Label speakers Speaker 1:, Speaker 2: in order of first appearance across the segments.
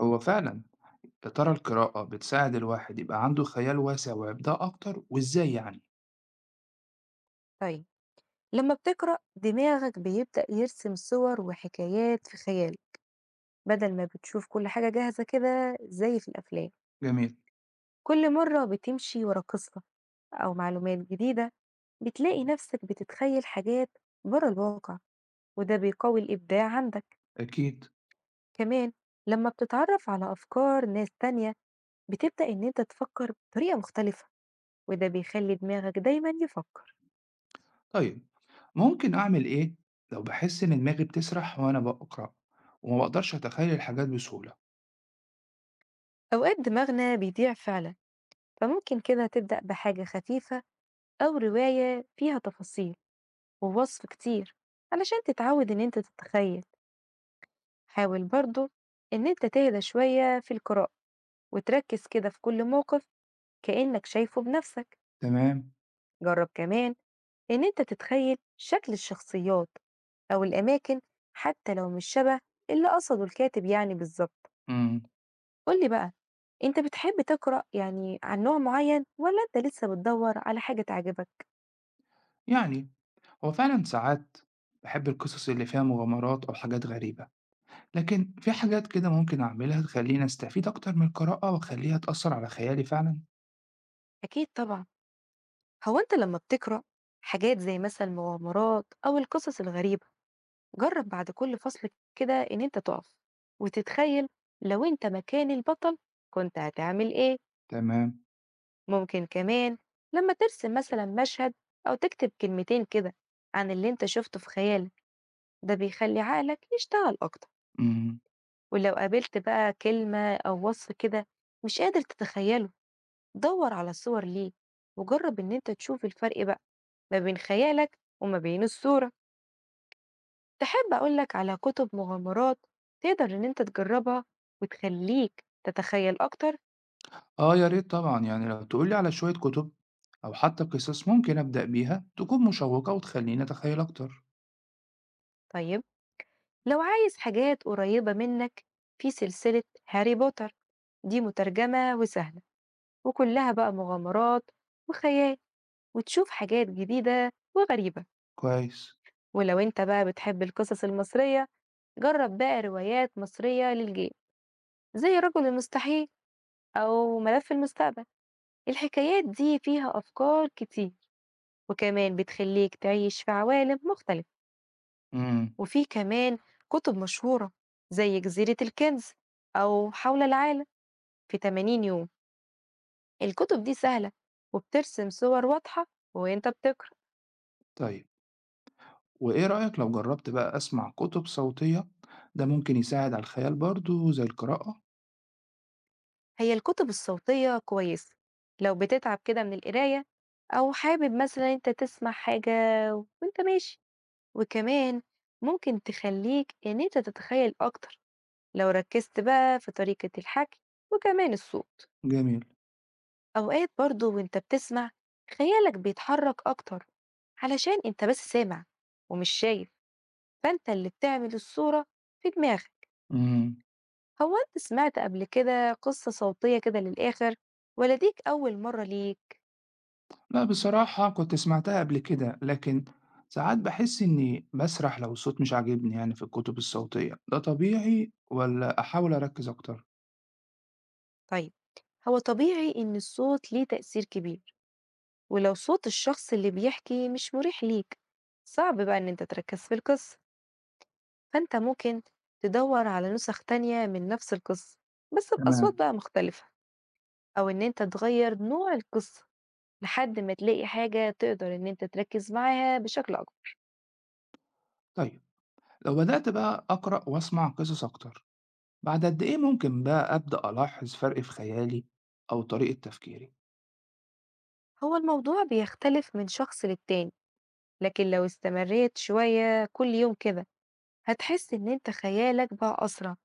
Speaker 1: هو فعلا، يا ترى القراءة بتساعد الواحد يبقى عنده خيال واسع وإبداع أكتر وإزاي يعني؟
Speaker 2: طيب، لما بتقرأ دماغك بيبدأ يرسم صور وحكايات في خيالك، بدل ما بتشوف كل حاجة جاهزة كده زي في الأفلام.
Speaker 1: جميل.
Speaker 2: كل مرة بتمشي ورا قصة أو معلومات جديدة بتلاقي نفسك بتتخيل حاجات بره الواقع، وده بيقوي الإبداع عندك.
Speaker 1: أكيد.
Speaker 2: كمان لما بتتعرف على أفكار ناس تانية بتبدأ إن أنت تفكر بطريقة مختلفة، وده بيخلي دماغك دايما يفكر.
Speaker 1: طيب، ممكن أعمل إيه لو بحس إن دماغي بتسرح وأنا بقرأ وما بقدرش أتخيل الحاجات بسهولة؟
Speaker 2: أوقات دماغنا بيضيع فعلا، فممكن كده تبدأ بحاجة خفيفة أو رواية فيها تفاصيل ووصف كتير، علشان تتعود إن أنت تتخيل. حاول برضو إن أنت تهدى شوية في القراءة وتركز كده في كل موقف كأنك شايفه بنفسك.
Speaker 1: تمام.
Speaker 2: جرب كمان إن أنت تتخيل شكل الشخصيات أو الأماكن، حتى لو مش شبه اللي قصده الكاتب بالظبط.
Speaker 1: امم
Speaker 2: قولي بقى، أنت بتحب تقرأ عن نوع معين ولا أنت لسه بتدور على حاجة تعجبك؟
Speaker 1: يعني، هو فعلا ساعات بحب القصص اللي فيها مغامرات أو حاجات غريبة، لكن في حاجات كده ممكن أعملها تخليني أستفيد أكتر من القراءة وأخليها تأثر على خيالي فعلا.
Speaker 2: أكيد طبعا. هو أنت لما بتقرأ حاجات زي مثلا المغامرات أو القصص الغريبة، جرب بعد كل فصل كده إن أنت تقف وتتخيل لو أنت مكان البطل كنت هتعمل إيه.
Speaker 1: تمام.
Speaker 2: ممكن كمان لما ترسم مثلا مشهد أو تكتب كلمتين كده عن اللي أنت شفته في خيالك، ده بيخلي عقلك يشتغل أكتر.
Speaker 1: امم
Speaker 2: ولو قابلت بقى كلمة أو وصف كده مش قادر تتخيله، دور على صور ليه وجرب إن أنت تشوف الفرق بقى ما بين خيالك وما بين الصورة. تحب أقولك على كتب مغامرات تقدر إن أنت تجربها وتخليك تتخيل أكتر؟
Speaker 1: آه، يا ريت طبعًا، يعني لو تقول لي على شوية كتب أو حتى قصص ممكن أبدأ بيها تكون مشوّقة وتخلّيني أتخيّل أكتر.
Speaker 2: طيب، لو عايز حاجات قريبة منك، في سلسلة هاري بوتر، دي مترجمة وسهلة، وكلها بقى مغامرات وخيال، وتشوف حاجات جديدة وغريبة.
Speaker 1: كويس.
Speaker 2: ولو أنت بقى بتحب القصص المصرية، جرب بقى روايات مصرية للجيم زي رجل المستحيل أو ملف المستقبل. الحكايات دي فيها أفكار كتير، وكمان بتخليك تعيش في عوالم مختلفة.
Speaker 1: إمم،
Speaker 2: وفي كمان كتب مشهورة زي جزيرة الكنز أو حول العالم في 80 يوم. الكتب دي سهلة وبترسم صور واضحة وانت بتقرأ.
Speaker 1: طيب، وإيه رأيك لو جرّبت بقى أسمع كتب صوتية؟ ده ممكن يساعد على الخيال برضه زي القراءة.
Speaker 2: هي الكتب الصوتية كويسة لو بتتعب كده من القراية، أو حابب مثلا انت تسمع حاجة وانت ماشي. وكمان ممكن تخليك ان انت تتخيل أكتر لو ركزت بقى في طريقة الحكي وكمان الصوت.
Speaker 1: جميل.
Speaker 2: أوقات برضه وأنت بتسمع خيالك بيتحرك أكتر، علشان أنت بس سامع ومش شايف، فأنت اللي بتعمل الصورة في دماغك.
Speaker 1: إمم،
Speaker 2: هو أنت سمعت قبل كده قصة صوتية كده للآخر ولا ديك أول مرة ليك؟
Speaker 1: لأ، بصراحة كنت سمعتها قبل كده، لكن ساعات باحس إني باسرح لو الصوت مش عاجبني، يعني في الكتب الصوتية، ده طبيعي والّا أحاول أركّز أكتر؟
Speaker 2: طيب، هو طبيعي إن الصوت ليه تأثير كبير، ولو صوت الشخص اللي بيحكي مش مريح ليك، صعب بقى إن أنت تركز في القصة. فأنت ممكن تدور على نسخ تانية من نفس القصة بس بأصوات
Speaker 1: تمام.
Speaker 2: بقى مختلفة، أو إن أنت تغيّر نوع القصة، لحد ما تلاقي حاجة تقدر إن أنت تركّز معاها بشكل أكبر.
Speaker 1: طيب، لو بدأت بقى أقرأ وأسمع قصص أكتر بعد قد إيه ممكن بقى أبدأ ألاحظ فرق في خيالي أو طريقة تفكيري؟
Speaker 2: هو الموضوع بيختلف من شخص للتاني، لكن لو استمريت شوية كل يوم كده، هتحس إن أنت خيالك بقى أسرع،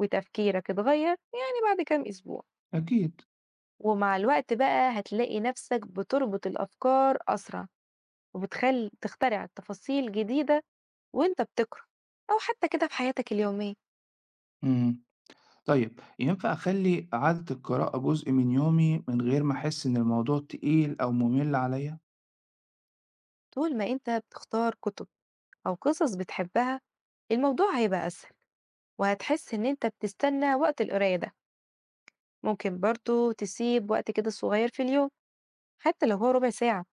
Speaker 2: وتفكيرك اتغيّر بعد كام أسبوع.
Speaker 1: أكيد.
Speaker 2: ومع الوقت بقى هتلاقي نفسك بتربط الأفكار أسرع، وبتخل تخترع تفاصيل جديدة وأنت بتقرا، أو حتى كده في حياتك اليومية.
Speaker 1: مم. طيب، ينفع أخلي عادة القراءة جزء من يومي من غير ما أحس إن الموضوع تقيل أو ممل عليا؟
Speaker 2: طول ما أنت بتختار كتب أو قصص بتحبها، الموضوع هيبقى أسهل، وهتحس إن أنت بتستنى وقت القراية ده. ممكن برضو تسيب وقت كده صغير في اليوم، حتى لو هو ربع ساعة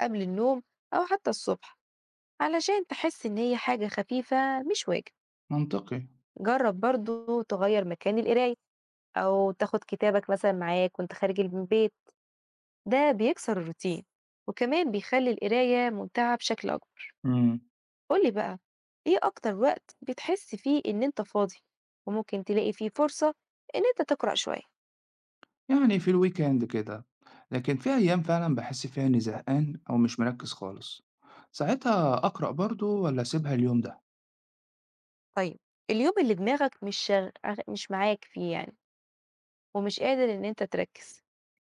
Speaker 2: قبل النوم أو حتى الصبح، علشان تحس إن هي حاجة خفيفة مش واجب.
Speaker 1: منطقي.
Speaker 2: جرب برضو تغير مكان القراية أو تاخد كتابك مثلا معاك وأنت خارج البيت، ده بيكسر الروتين وكمان بيخلي القراية ممتعة بشكل أكبر.
Speaker 1: مم.
Speaker 2: قولي بقى، ايه اكتر وقت بتحس فيه ان انت فاضي وممكن تلاقي فيه فرصة ان انت تقرأ شوية.
Speaker 1: يعني في الويكند كده، لكن في أيام فعلا بحس فيها إني زهقان أو مش مركز خالص، ساعتها أقرأ برضو ولا أسيبها اليوم ده؟
Speaker 2: طيب، اليوم اللي دماغك مش معاك فيه، ومش قادر ان انت تركز،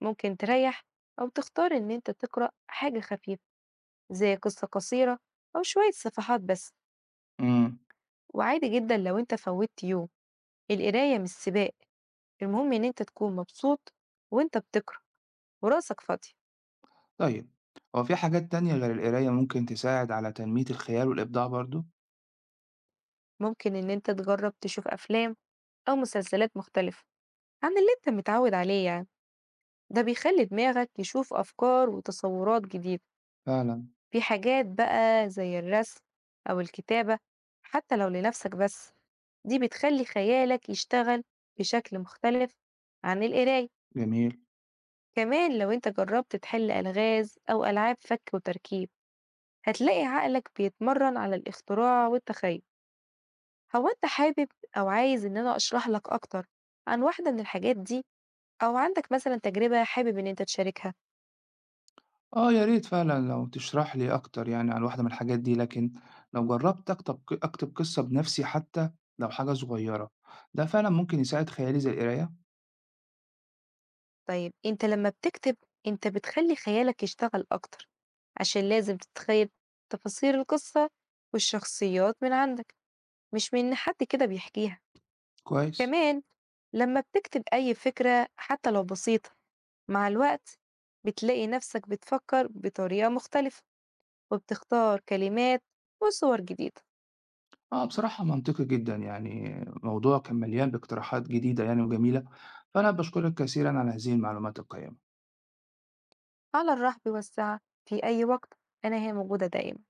Speaker 2: ممكن تريح او تختار ان انت تقرأ حاجة خفيفة زي قصة قصيرة او شوية صفحات بس.
Speaker 1: مم.
Speaker 2: وعادي جدا لو انت فوتت يوم، القراية مش سباق، المهم ان انت تكون مبسوط وانت بتقرأ وراسك فاضي.
Speaker 1: طيب، هو في حاجات تانية غير القراية ممكن تساعد على تنمية الخيال والإبداع برضو؟
Speaker 2: ممكن ان انت تجرب تشوف افلام او مسلسلات مختلفة عن اللي أنت متعود عليه، ده بيخلّي دماغك يشوف أفكار وتصورات جديدة.
Speaker 1: فعلا.
Speaker 2: في حاجات بقى زي الرسم أو الكتابة حتى لو لنفسك بس، دي بتخلّي خيالك يشتغل بشكل مختلف عن القراية.
Speaker 1: جميل.
Speaker 2: كمان لو أنت جرّبت تحل ألغاز أو ألعاب فَك وتركيب، هتلاقي عقلك بيتمرن على الاختراع والتخيُّل. هو أنت حابب أو عايز إن أنا أشرح لك أكتر عن واحدة من الحاجات دي، أو عندك مثلًا تجربة حابب إن أنت تشاركها؟
Speaker 1: آه، يا ريت فعلًا لو تشرح لي أكتر يعني عن واحدة من الحاجات دي، لكن لو جرّبت أكتب قصة بنفسي حتى لو حاجة صغيرة، ده فعلًا ممكن يساعد خيالي زي القراية؟
Speaker 2: طيب أنت لمّا بتكتب، أنت بتخلّي خيالك يشتغل أكتر، عشان لازم تتخيل تفاصيل القصة والشخصيات من عندك، مش من إن حد كده بيحكيها.
Speaker 1: كويس.
Speaker 2: كمان لمّا بتكتب أي فكرة حتى لو بسيطة، مع الوقت بتلاقي نفسك بتفكر بطريقة مختلفة، وبتختار كلمات وصور جديدة.
Speaker 1: آه، بصراحة منطقي جدًا، يعني الموضوع كان مليان باقتراحات جديدة يعني وجميلة، فأنا باشكرك كثيرًا على هذه المعلومات القيّمة.
Speaker 2: على الرحب والسعة، في أي وقت، أنا هي موجودة دايمًا.